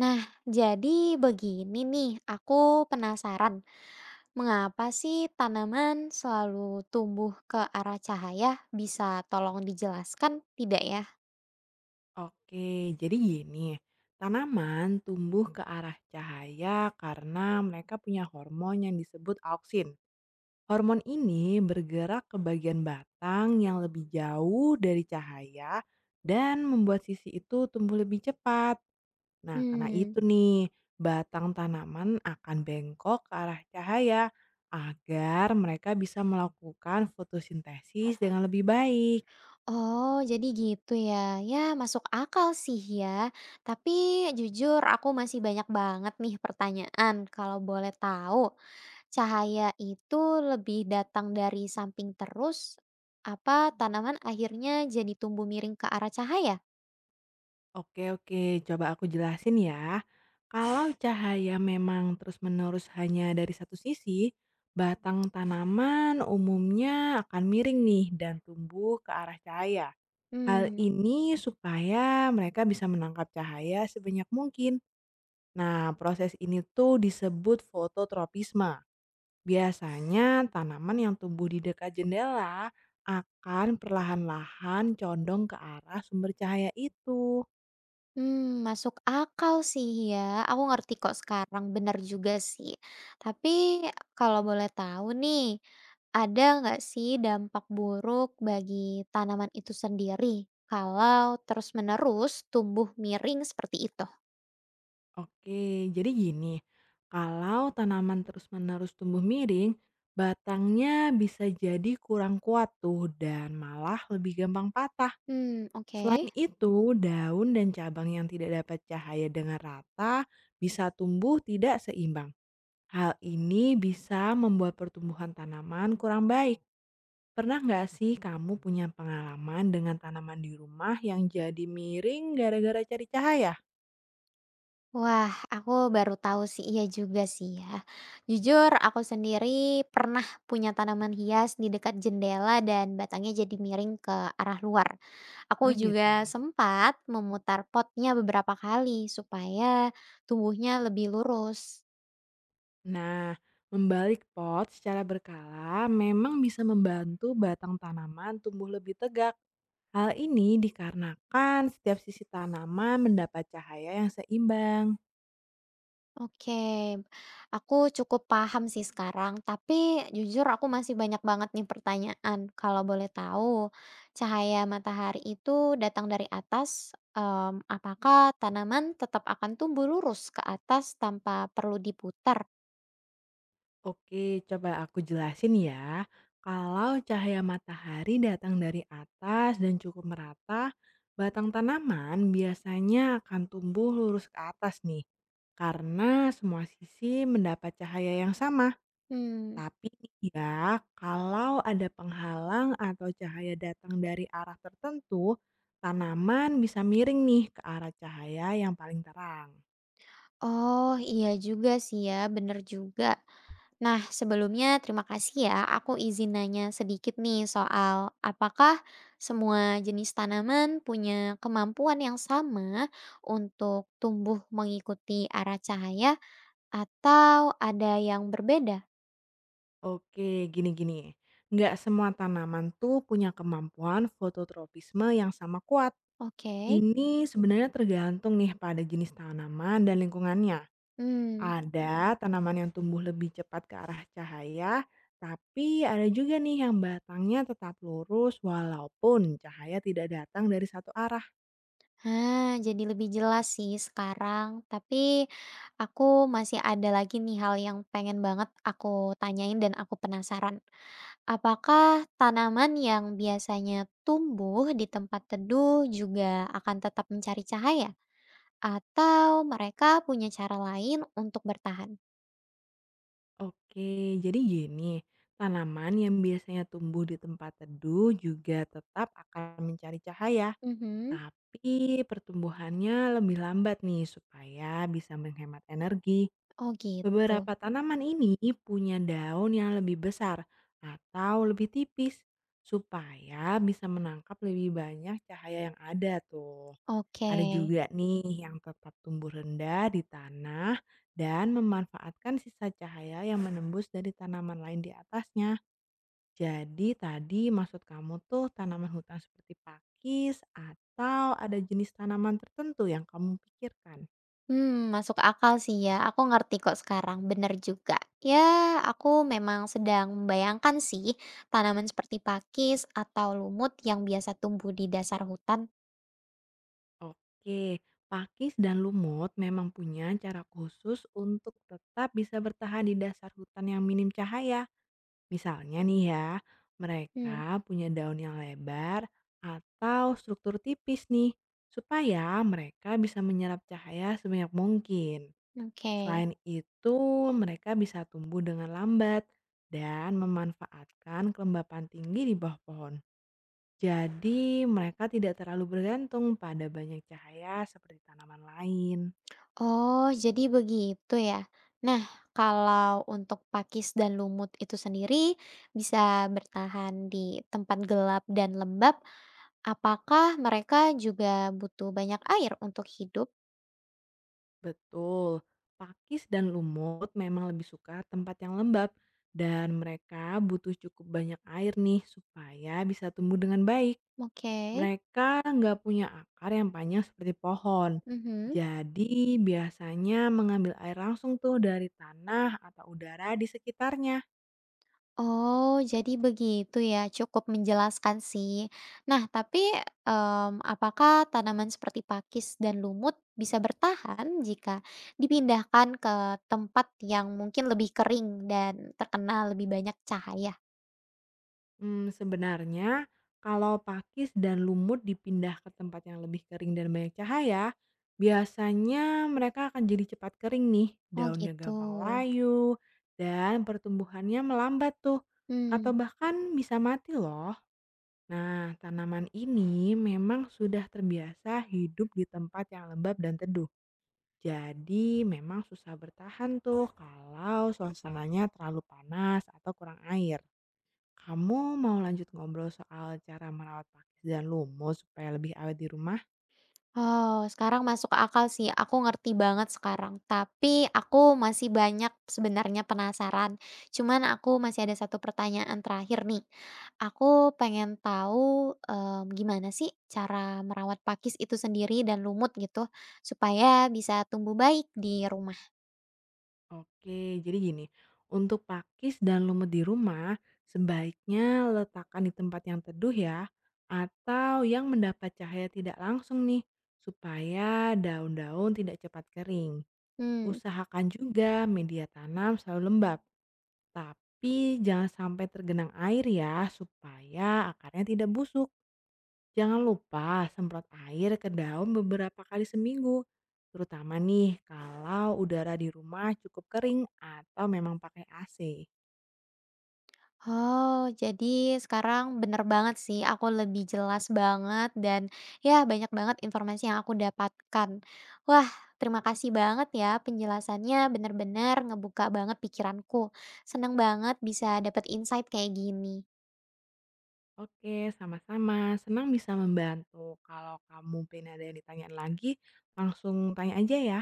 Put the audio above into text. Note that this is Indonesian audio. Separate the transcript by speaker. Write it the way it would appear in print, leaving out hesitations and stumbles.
Speaker 1: Nah, jadi begini nih, aku penasaran. Mengapa sih tanaman selalu tumbuh ke arah cahaya? Bisa tolong dijelaskan tidak ya?
Speaker 2: Oke, jadi gini, tanaman tumbuh ke arah cahaya karena mereka punya hormon yang disebut auksin. Hormon ini bergerak ke bagian batang yang lebih jauh dari cahaya dan membuat sisi itu tumbuh lebih cepat. Nah, karena
Speaker 1: Hmm.
Speaker 2: itu nih, batang tanaman akan bengkok ke arah cahaya agar mereka bisa melakukan fotosintesis dengan lebih baik.
Speaker 1: Oh, jadi gitu ya. Ya, masuk akal sih ya. Tapi jujur aku masih banyak banget nih pertanyaan. Kalau boleh tahu, cahaya itu lebih datang dari samping terus apa tanaman akhirnya jadi tumbuh miring ke arah cahaya?
Speaker 2: Oke, oke, coba aku jelasin ya. Kalau cahaya memang terus-menerus hanya dari satu sisi, batang tanaman umumnya akan miring nih dan tumbuh ke arah cahaya. Hal
Speaker 1: Hmm.
Speaker 2: ini supaya mereka bisa menangkap cahaya sebanyak mungkin. Nah, proses ini tuh disebut fototropisme. Biasanya tanaman yang tumbuh di dekat jendela akan perlahan-lahan condong ke arah sumber cahaya itu.
Speaker 1: Hmm, masuk akal sih ya, aku ngerti kok sekarang, benar juga sih. Tapi kalau boleh tahu nih, ada nggak sih dampak buruk bagi tanaman itu sendiri kalau terus-menerus tumbuh miring seperti itu?
Speaker 2: Oke, jadi gini, kalau tanaman terus-menerus tumbuh miring, batangnya bisa jadi kurang kuat tuh dan malah lebih gampang patah.
Speaker 1: Hmm, oke.
Speaker 2: Selain itu, daun dan cabang yang tidak dapat cahaya dengan rata bisa tumbuh tidak seimbang. Hal ini bisa membuat pertumbuhan tanaman kurang baik. Pernah nggak sih kamu punya pengalaman dengan tanaman di rumah yang jadi miring gara-gara cari cahaya?
Speaker 1: Wah, aku baru tahu sih, iya juga sih ya. Jujur aku sendiri pernah punya tanaman hias di dekat jendela dan batangnya jadi miring ke arah luar. Aku
Speaker 2: Oh gitu.
Speaker 1: juga sempat memutar potnya beberapa kali supaya tumbuhnya lebih lurus.
Speaker 2: Nah, membalik pot secara berkala memang bisa membantu batang tanaman tumbuh lebih tegak. Hal ini dikarenakan setiap sisi tanaman mendapat cahaya yang seimbang.
Speaker 1: Oke, aku cukup paham sih sekarang, tapi jujur aku masih banyak banget nih pertanyaan. Kalau boleh tahu, cahaya matahari itu datang dari atas, apakah tanaman tetap akan tumbuh lurus ke atas tanpa perlu diputar?
Speaker 2: Oke, coba aku jelasin ya. Kalau cahaya matahari datang dari atas dan cukup merata, batang tanaman biasanya akan tumbuh lurus ke atas nih. Karena semua sisi mendapat cahaya yang sama.
Speaker 1: Hmm.
Speaker 2: Tapi nih ya, kalau ada penghalang atau cahaya datang dari arah tertentu, tanaman bisa miring nih ke arah cahaya yang paling terang.
Speaker 1: Oh, iya juga sih ya, bener juga. Nah, sebelumnya terima kasih ya. Aku izin nanya sedikit nih soal apakah semua jenis tanaman punya kemampuan yang sama untuk tumbuh mengikuti arah cahaya atau ada yang berbeda?
Speaker 2: Oke, gini-gini. Nggak semua tanaman tuh punya kemampuan fototropisme yang sama kuat.
Speaker 1: Oke.
Speaker 2: Ini sebenarnya tergantung nih pada jenis tanaman dan lingkungannya.
Speaker 1: Hmm.
Speaker 2: Ada tanaman yang tumbuh lebih cepat ke arah cahaya, tapi ada juga nih yang batangnya tetap lurus walaupun cahaya tidak datang dari satu arah.
Speaker 1: Nah, jadi lebih jelas sih sekarang, tapi aku masih ada lagi nih hal yang pengen banget aku tanyain dan aku penasaran. Apakah tanaman yang biasanya tumbuh di tempat teduh juga akan tetap mencari cahaya, atau mereka punya cara lain untuk bertahan?
Speaker 2: Oke, jadi gini, tanaman yang biasanya tumbuh di tempat teduh juga tetap akan mencari cahaya,
Speaker 1: Mhm.
Speaker 2: tapi pertumbuhannya lebih lambat nih supaya bisa menghemat energi.
Speaker 1: Oh, gitu.
Speaker 2: Beberapa tanaman ini punya daun yang lebih besar atau lebih tipis supaya bisa menangkap lebih banyak cahaya yang ada tuh.
Speaker 1: Oke.
Speaker 2: Ada juga nih yang tetap tumbuh rendah di tanah dan memanfaatkan sisa cahaya yang menembus dari tanaman lain di atasnya. Jadi tadi maksud kamu tuh tanaman hutan seperti pakis atau ada jenis tanaman tertentu yang kamu pikirkan?
Speaker 1: Hmm, masuk akal sih ya, aku ngerti kok sekarang, bener juga. Ya, aku memang sedang membayangkan sih tanaman seperti pakis atau lumut yang biasa tumbuh di dasar hutan.
Speaker 2: Oke, pakis dan lumut memang punya cara khusus untuk tetap bisa bertahan di dasar hutan yang minim cahaya. Misalnya nih ya,
Speaker 1: Hmm,
Speaker 2: mereka punya daun yang lebar atau struktur tipis nih, supaya mereka bisa menyerap cahaya sebanyak mungkin.
Speaker 1: oke.
Speaker 2: Selain itu, mereka bisa tumbuh dengan lambat dan memanfaatkan kelembapan tinggi di bawah pohon jadi, mereka tidak terlalu bergantung pada banyak cahaya seperti tanaman lain.
Speaker 1: Oh, jadi begitu ya. Nah, kalau untuk pakis dan lumut itu sendiri bisa bertahan di tempat gelap dan lembab, apakah mereka juga butuh banyak air untuk hidup?
Speaker 2: Betul, pakis dan lumut memang lebih suka tempat yang lembab dan mereka butuh cukup banyak air nih supaya bisa tumbuh dengan baik.
Speaker 1: Oke.
Speaker 2: Mereka nggak punya akar yang panjang seperti pohon.
Speaker 1: Mhm.
Speaker 2: Jadi biasanya mengambil air langsung tuh dari tanah atau udara di sekitarnya.
Speaker 1: Oh, jadi begitu ya. Cukup menjelaskan sih. Nah, tapi, apakah tanaman seperti pakis dan lumut bisa bertahan jika dipindahkan ke tempat yang mungkin lebih kering dan terkena lebih banyak cahaya?
Speaker 2: Sebenarnya kalau pakis dan lumut dipindah ke tempat yang lebih kering dan banyak cahaya, biasanya mereka akan jadi cepat kering nih,
Speaker 1: Oh,
Speaker 2: daunnya
Speaker 1: gitu.
Speaker 2: gampang layu dan pertumbuhannya melambat tuh,
Speaker 1: Mmm.
Speaker 2: atau bahkan bisa mati loh. Nah, tanaman ini memang sudah terbiasa hidup di tempat yang lembab dan teduh. Jadi memang susah bertahan tuh kalau suasananya terlalu panas atau kurang air. Kamu mau lanjut ngobrol soal cara merawat pakis dan lumut supaya lebih awet di rumah?
Speaker 1: Oh, sekarang masuk ke akal sih, aku ngerti banget sekarang. Tapi aku masih banyak sebenarnya penasaran. Cuman aku masih ada satu pertanyaan terakhir nih. Aku pengen tahu gimana sih cara merawat pakis itu sendiri dan lumut gitu supaya bisa tumbuh baik di rumah.
Speaker 2: Oke, jadi gini, untuk pakis dan lumut di rumah sebaiknya letakkan di tempat yang teduh ya, atau yang mendapat cahaya tidak langsung nih, supaya daun-daun tidak cepat kering.
Speaker 1: Hmm.
Speaker 2: Usahakan juga media tanam selalu lembab, tapi jangan sampai tergenang air ya, supaya akarnya tidak busuk. Jangan lupa semprot air ke daun beberapa kali seminggu, terutama nih kalau udara di rumah cukup kering atau memang pakai AC.
Speaker 1: Oh, jadi sekarang bener banget sih, aku lebih jelas banget dan ya banyak banget informasi yang aku dapatkan. Wah, terima kasih banget ya penjelasannya bener-bener ngebuka banget pikiranku. Seneng banget bisa dapet insight kayak gini.
Speaker 2: Oke, sama-sama. Senang bisa membantu. Kalau kamu pengen ada yang ditanyain lagi, langsung tanya aja ya.